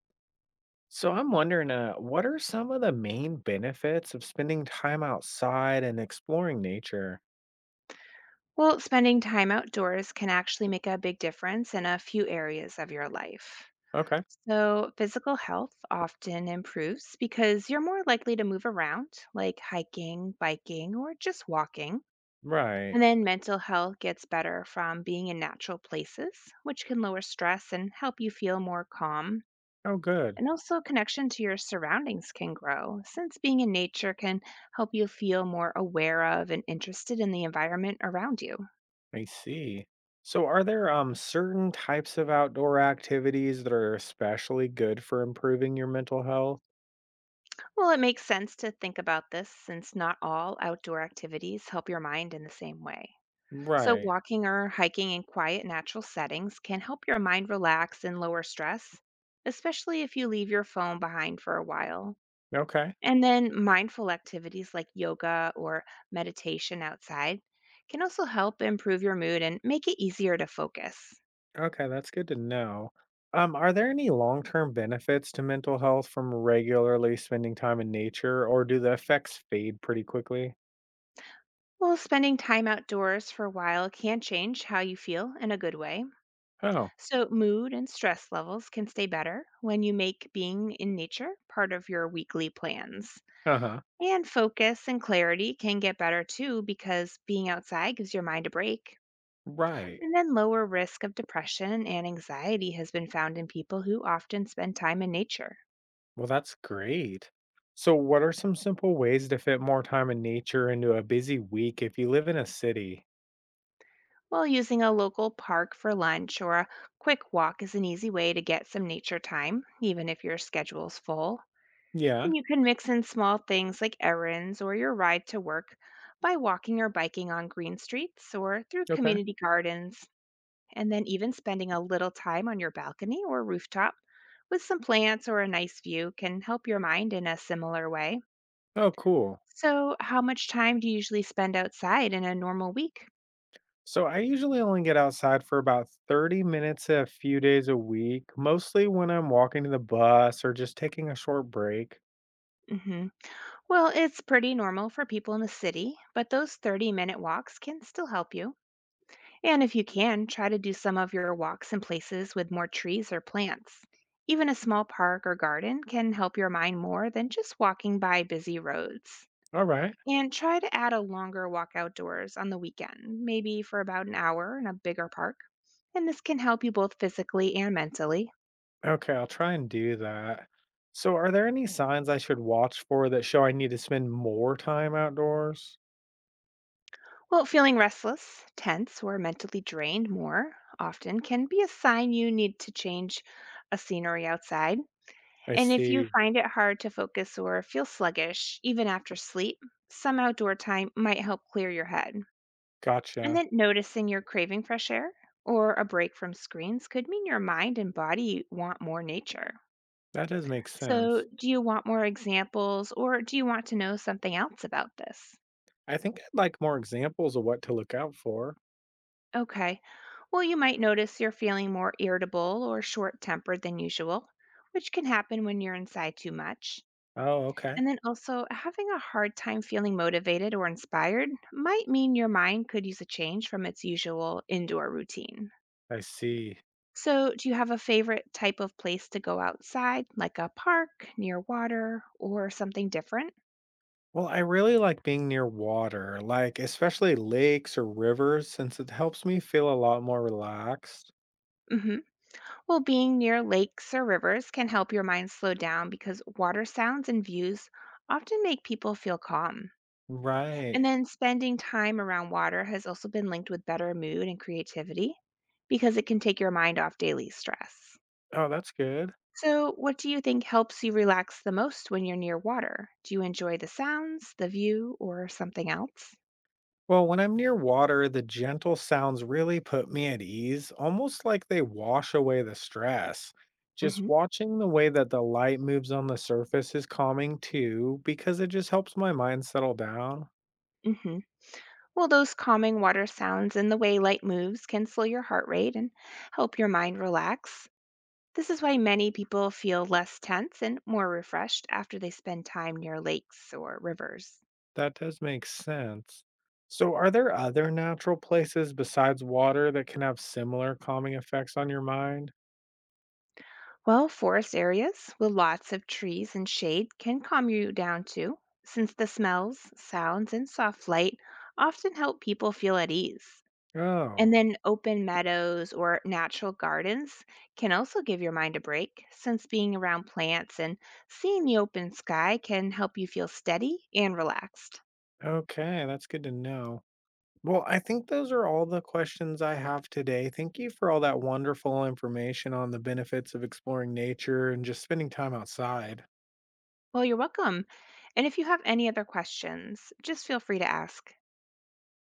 So I'm wondering, what are some of the main benefits of spending time outside and exploring nature? Well, spending time outdoors can actually make a big difference in a few areas of your life. Okay. So, physical health often improves because you're more likely to move around, like hiking, biking, or just walking. And Right. then mental health gets better from being in natural places, which can lower stress and help you feel more calm. Oh, good. And also, connection to your surroundings can grow, since being in nature can help you feel more aware of and interested in the environment around you. I see. So are there certain types of outdoor activities that are especially good for improving your mental health? Well, it makes sense to think about this since not all outdoor activities help your mind in the same way. So, Right. walking or hiking in quiet, natural settings can help your mind relax and lower stress, especially if you leave your phone behind for a while. Okay. And then, mindful activities like yoga or meditation outside can also help improve your mood and make it easier to focus. Okay, that's good to know. Are there any long-term benefits to mental health from regularly spending time in nature, or do the effects fade pretty quickly? Well, spending time outdoors for a while can change how you feel in a good way. Oh, So, mood and stress levels can stay better when you make being in nature part of your weekly plans. uh-huh. And focus and clarity can get better too because being outside gives your mind a break. Right. And then, lower risk of depression and anxiety has been found in people who often spend time in nature. Well, that's great. So, what are some simple ways to fit more time in nature into a busy week if you live in a city? While using a local park for lunch or a quick walk is an easy way to get some nature time, even if your schedule's full. Yeah. And you can mix in small things like errands or your ride to work by walking or biking on green streets or through Okay. community gardens, and then even spending a little time on your balcony or rooftop with some plants or a nice view can help your mind in a similar way. Oh, cool. So, how much time do you usually spend outside in a normal week? So, I usually only get outside for about 30 minutes a few days a week, mostly when I'm walking to the bus or just taking a short break. Hmm. Well, it's pretty normal for people in the city, but those 30-minute minute walks can still help you. And if you can, try to do some of your walks in places with more trees or plants. Even a small park or garden can help your mind more than just walking by busy roads. All right. And try to add a longer walk outdoors on the weekend, maybe for about an hour in a bigger park. And this can help you both physically and mentally. Okay, I'll try and do that. So, are there any signs I should watch for that show I need to spend more time outdoors? Well, feeling restless, tense, or mentally drained more often can be a sign you need to change a scenery outside. I And if you see. find it hard to focus or feel sluggish, even after sleep, some outdoor time might help clear your head. And Gotcha. then noticing you're craving fresh air or a break from screens could mean your mind and body want more nature. That does make So, sense. do you want more examples or do you want to know something else about this? I think I'd like more examples of what to look out for. Okay. Well, you might notice you're feeling more irritable or short tempered than usual, which can happen when you're inside too much. Oh, okay. And then also, having a hard time feeling motivated or inspired might mean your mind could use a change from its usual indoor routine. I see. So, do you have a favorite type of place to go outside, like a park, near water, or something different? Well, I really like being near water, like especially lakes or rivers, since it helps me feel a lot more relaxed. Hmm. Well, being near lakes or rivers can help your mind slow down because water sounds and views often make people feel calm. And Right. then spending time around water has also been linked with better mood and creativity because it can take your mind off daily stress. Oh, that's good. So, what do you think helps you relax the most when you're near water? Do you enjoy the sounds, the view, or something else? Well, when I'm near water, the gentle sounds really put me at ease, almost like they wash away the stress. Just Mhm. watching the way that the light moves on the surface is calming too, because it just helps my mind settle down. Mhm. Well, those calming water sounds and the way light moves can slow your heart rate and help your mind relax. This is why many people feel less tense and more refreshed after they spend time near lakes or rivers. That does make sense. So, are there other natural places besides water that can have similar calming effects on your mind? Well, forest areas with lots of trees and shade can calm you down too, since the smells, sounds, and soft light often help people feel at ease. Oh, And then open meadows or natural gardens can also give your mind a break, since being around plants and seeing the open sky can help you feel steady and relaxed. okay. That's good to know. Well, I think those are all the questions I have today. Thank you for all that wonderful information on the benefits of exploring nature and just spending time outside. Well, you're welcome. And if you have any other questions, just feel free to ask.